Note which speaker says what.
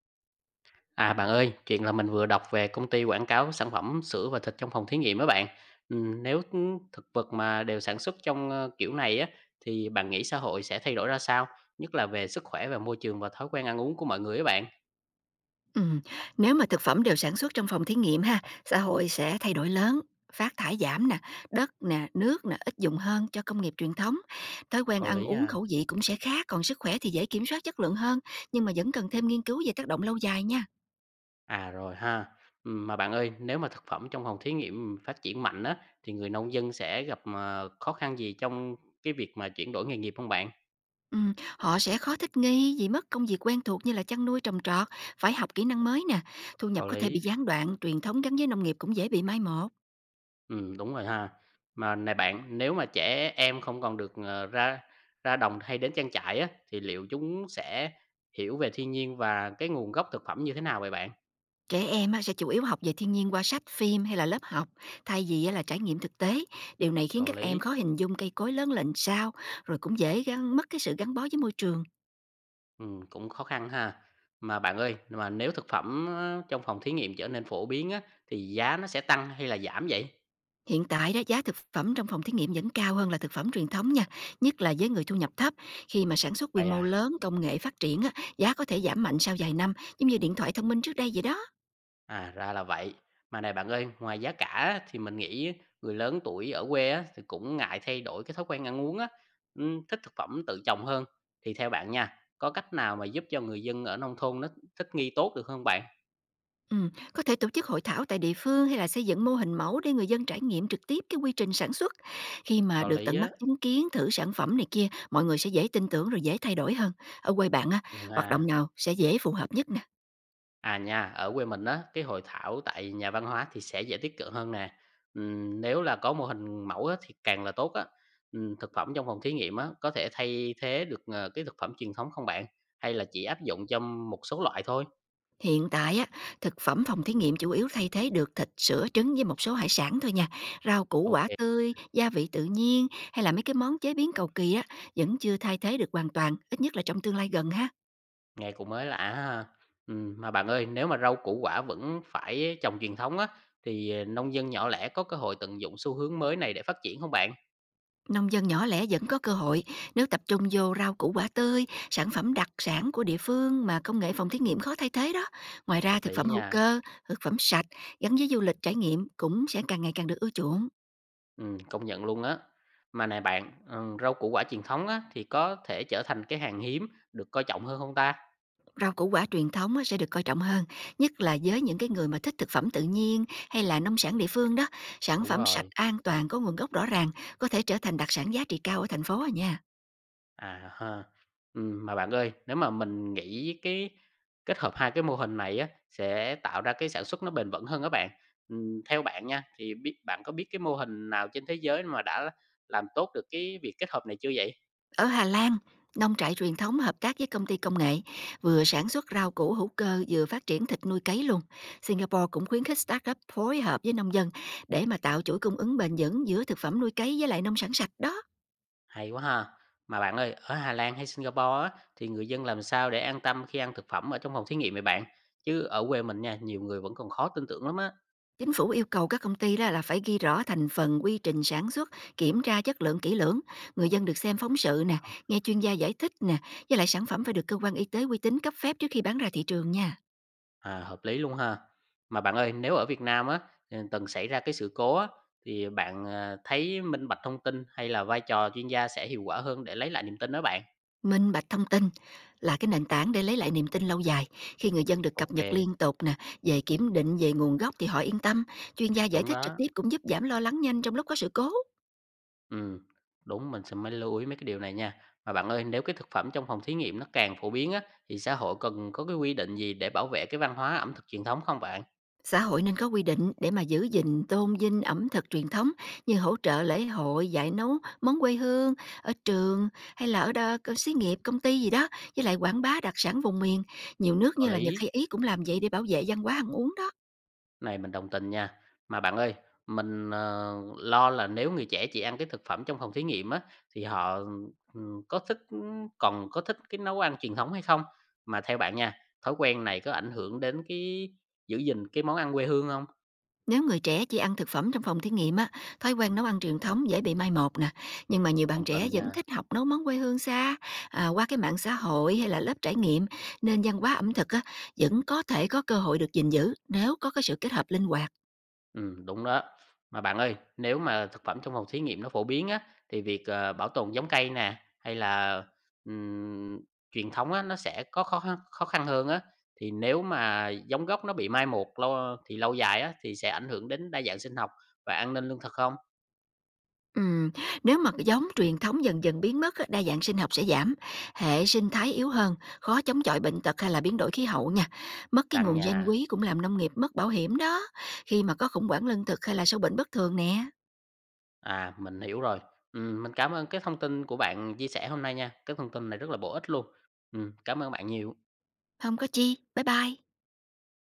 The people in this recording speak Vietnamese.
Speaker 1: À bạn ơi, chuyện là mình vừa đọc về công ty quảng cáo sản phẩm sữa và thịt trong phòng thí nghiệm đó bạn. Nếu thực vật mà đều sản xuất trong kiểu này á, thì bạn nghĩ xã hội sẽ thay đổi ra sao? Nhất là về sức khỏe và môi trường và thói quen ăn uống của mọi người á bạn.
Speaker 2: Ừm, Nếu mà thực phẩm đều sản xuất trong phòng thí nghiệm ha, xã hội sẽ thay đổi lớn, phát thải giảm nè, đất nè, nước nè, ít dùng hơn cho công nghiệp truyền thống. Thói quen
Speaker 1: Có
Speaker 2: ăn
Speaker 1: lý
Speaker 2: uống
Speaker 1: à.
Speaker 2: khẩu vị cũng sẽ khác, còn sức khỏe thì dễ kiểm soát chất lượng hơn, nhưng mà vẫn cần thêm nghiên cứu về tác động lâu dài nha.
Speaker 1: À rồi ha. Mà bạn ơi, nếu mà thực phẩm trong phòng thí nghiệm phát triển mạnh á, thì người nông dân sẽ gặp khó khăn gì trong cái việc mà chuyển đổi nghề nghiệp không bạn?
Speaker 2: Họ sẽ khó thích nghi vì mất công việc quen thuộc như là chăn nuôi trồng trọt, phải học kỹ năng mới nè, thu
Speaker 1: Có
Speaker 2: nhập có thể bị
Speaker 1: lý.
Speaker 2: gián đoạn, truyền thống gắn với nông nghiệp cũng dễ bị mai một.
Speaker 1: Đúng rồi ha. Mà này bạn, nếu mà trẻ em không còn được, ra ra đồng hay đến trang trại á, thì liệu chúng sẽ hiểu về thiên nhiên và cái nguồn gốc thực phẩm như thế nào vậy bạn?
Speaker 2: Trẻ em á, sẽ chủ yếu học về thiên nhiên qua sách, phim hay là lớp học, thay vì á, là trải nghiệm thực tế. Điều này khiến
Speaker 1: Có
Speaker 2: các
Speaker 1: lý,
Speaker 2: em khó hình dung cây cối lớn lên sao, rồi cũng dễ gắn mất cái sự gắn bó với môi trường.
Speaker 1: cũng khó khăn ha. Mà bạn ơi, mà nếu thực phẩm á, trong phòng thí nghiệm trở nên phổ biến á, thì giá nó sẽ tăng hay là giảm vậy?
Speaker 2: Hiện tại đó giá thực phẩm trong phòng thí nghiệm vẫn cao hơn là thực phẩm truyền thống nha, nhất là với người thu nhập thấp. Khi mà sản xuất quy
Speaker 1: Vậy
Speaker 2: mô
Speaker 1: à?
Speaker 2: lớn, công nghệ phát triển á, giá có thể giảm mạnh sau vài năm, giống như điện thoại thông minh trước đây vậy đó.
Speaker 1: À, ra là vậy. Mà này bạn ơi, ngoài giá cả á, thì mình nghĩ người lớn tuổi ở quê á, thì cũng ngại thay đổi cái thói quen ăn uống á, thích thực phẩm tự trồng hơn. Thì theo bạn nha, có cách nào mà giúp cho người dân ở nông thôn nó thích nghi tốt được không bạn?
Speaker 2: Có thể tổ chức hội thảo tại địa phương hay là xây dựng mô hình mẫu để người dân trải nghiệm trực tiếp cái quy trình sản xuất. Khi mà
Speaker 1: Có
Speaker 2: được
Speaker 1: lý
Speaker 2: tận mắt
Speaker 1: á.
Speaker 2: chứng kiến thử sản phẩm này kia, mọi người sẽ dễ tin tưởng rồi dễ thay đổi hơn. Ở quê bạn á,
Speaker 1: Ừ
Speaker 2: hoạt động
Speaker 1: ha.
Speaker 2: nào sẽ dễ phù hợp nhất nè?
Speaker 1: À nha, ở quê mình á, cái hội thảo tại nhà văn hóa thì sẽ dễ tiếp cận hơn nè. Nếu là có mô hình mẫu á, thì càng là tốt á. Thực phẩm trong phòng thí nghiệm á, có thể thay thế được cái thực phẩm truyền thống không bạn? Hay là chỉ áp dụng cho một số loại thôi?
Speaker 2: Hiện tại á, thực phẩm phòng thí nghiệm chủ yếu thay thế được thịt, sữa, trứng với một số hải sản thôi nha. Rau củ
Speaker 1: Ô,
Speaker 2: quả tươi, gia vị tự nhiên hay là mấy cái món chế biến cầu kỳ á vẫn chưa thay thế được hoàn toàn, ít nhất là trong tương lai gần ha.
Speaker 1: nghe cũng mới lạ ha. Mà bạn ơi, nếu mà rau củ quả vẫn phải trồng truyền thống á, thì, nông dân nhỏ lẻ có cơ hội tận dụng xu hướng mới này để phát triển không bạn?
Speaker 2: Nông dân nhỏ lẻ vẫn có cơ hội nếu tập trung vô rau củ quả tươi, sản phẩm đặc sản của địa phương mà công nghệ phòng thí nghiệm khó thay thế đó. Ngoài ra
Speaker 1: Hợp
Speaker 2: thực
Speaker 1: lý
Speaker 2: phẩm hữu
Speaker 1: nha,
Speaker 2: cơ, thực phẩm sạch gắn với du lịch trải nghiệm cũng sẽ càng ngày càng được ưa chuộng.
Speaker 1: công nhận luôn á. Mà này bạn, rau củ quả truyền thống á, thì có thể trở thành cái hàng hiếm được coi trọng hơn không ta?
Speaker 2: Rau củ quả truyền thống á, sẽ được coi trọng hơn, nhất là với những cái người mà thích thực phẩm tự nhiên hay là nông sản địa phương đó. Sản
Speaker 1: Đúng
Speaker 2: phẩm sạch
Speaker 1: rồi.
Speaker 2: an toàn có nguồn gốc rõ ràng có thể trở thành đặc sản giá trị cao ở thành phố à nha.
Speaker 1: À ha. Mà bạn ơi, nếu mà mình nghĩ cái kết hợp hai cái mô hình này á, sẽ tạo ra cái sản xuất nó bền vững hơn các bạn. Theo bạn nha, thì biết bạn có biết cái mô hình nào trên thế giới mà đã làm tốt được cái việc kết hợp này chưa vậy?
Speaker 2: Ở Hà Lan, nông trại truyền thống hợp tác với công ty công nghệ, vừa sản xuất rau củ hữu cơ vừa phát triển thịt nuôi cấy luôn. Singapore cũng khuyến khích startup phối hợp với nông dân để mà tạo chuỗi cung ứng bền vững giữa thực phẩm nuôi cấy với lại nông sản sạch đó.
Speaker 1: Hay quá ha. Mà bạn ơi, ở Hà Lan hay Singapore á, thì người dân làm sao để an tâm khi ăn thực phẩm ở trong phòng thí nghiệm vậy bạn? Chứ ở quê mình nha, nhiều người vẫn còn khó tin tưởng lắm á.
Speaker 2: Chính phủ yêu cầu các công ty đó là phải ghi rõ thành phần, quy trình sản xuất, kiểm tra chất lượng kỹ lưỡng. Người dân được xem phóng sự nè, nghe chuyên gia giải thích nè, với lại sản phẩm phải được cơ quan y tế uy tín cấp phép trước khi bán ra thị trường nha.
Speaker 1: À, hợp lý luôn ha. Mà bạn ơi, nếu ở Việt Nam á, ừ, từng xảy ra cái sự cố á, thì bạn à, thấy minh bạch thông tin hay là vai trò chuyên gia sẽ hiệu quả hơn để lấy lại niềm tin đó bạn?
Speaker 2: Minh bạch thông tin là cái nền tảng để lấy lại niềm tin lâu dài. Khi người dân được cập
Speaker 1: Ok,
Speaker 2: nhật liên tục nè, về kiểm định, về nguồn gốc thì họ yên tâm. Chuyên gia giải
Speaker 1: đúng
Speaker 2: thích trực
Speaker 1: đó.
Speaker 2: tiếp cũng giúp giảm lo lắng nhanh trong lúc có sự cố.
Speaker 1: Ừ, đúng mình sẽ mới lưu ý mấy cái điều này nha. Mà bạn ơi, nếu cái thực phẩm trong phòng thí nghiệm nó càng phổ biến á, thì xã hội cần có cái quy định gì để bảo vệ cái văn hóa ẩm thực truyền thống không bạn?
Speaker 2: Xã hội nên có quy định để mà giữ gìn tôn vinh ẩm thực truyền thống, như hỗ trợ lễ hội, dạy nấu món quê hương ở trường hay là ở đó, có xí nghiệp, công ty gì đó, với lại quảng bá đặc sản vùng miền. Nhiều nước
Speaker 1: Có
Speaker 2: như là Nhật
Speaker 1: lý.
Speaker 2: hay Ý cũng làm vậy để bảo vệ văn hóa ăn uống đó.
Speaker 1: Này mình đồng tình nha. Mà bạn ơi, mình, lo là nếu người trẻ chỉ ăn cái thực phẩm trong phòng thí nghiệm á, thì họ, có thích còn có thích cái nấu ăn truyền thống hay không? Mà theo bạn nha, thói quen này có ảnh hưởng đến cái giữ gìn cái món ăn quê hương không?
Speaker 2: Nếu người trẻ chỉ ăn thực phẩm trong phòng thí nghiệm á, thói quen nấu ăn truyền thống dễ bị mai một nè. Nhưng mà nhiều bạn
Speaker 1: Đồng
Speaker 2: trẻ
Speaker 1: tình
Speaker 2: vẫn
Speaker 1: nha.
Speaker 2: thích học nấu món quê hương xa à, qua cái mạng xã hội hay là lớp trải nghiệm, nên văn hóa ẩm thực á, vẫn có thể có cơ hội được gìn giữ nếu có cái sự kết hợp linh hoạt.
Speaker 1: Đúng đó. Mà bạn ơi, nếu mà thực phẩm trong phòng thí nghiệm nó phổ biến á, thì việc, bảo tồn giống cây nè, hay là, ừm, truyền thống á, nó sẽ có khó khăn hơn á. Thì nếu mà giống gốc nó bị mai một lâu thì lâu dài á, thì sẽ ảnh hưởng đến đa dạng sinh học và an ninh lương thực không?
Speaker 2: Ừm, Nếu mà cái giống truyền thống dần dần biến mất á, đa dạng sinh học sẽ giảm, hệ sinh thái yếu hơn, khó chống chọi bệnh tật hay là biến đổi khí hậu nha, mất cái
Speaker 1: Làng
Speaker 2: nguồn gen
Speaker 1: nhà
Speaker 2: quý cũng làm nông nghiệp mất bảo hiểm đó, khi mà có khủng hoảng lương thực hay là sâu bệnh bất thường nè.
Speaker 1: à, mình hiểu rồi. Mình cảm ơn cái thông tin của bạn chia sẻ hôm nay nha. Cái thông tin này rất là bổ ích luôn. Cảm ơn bạn nhiều.
Speaker 2: Không có chi, bye bye.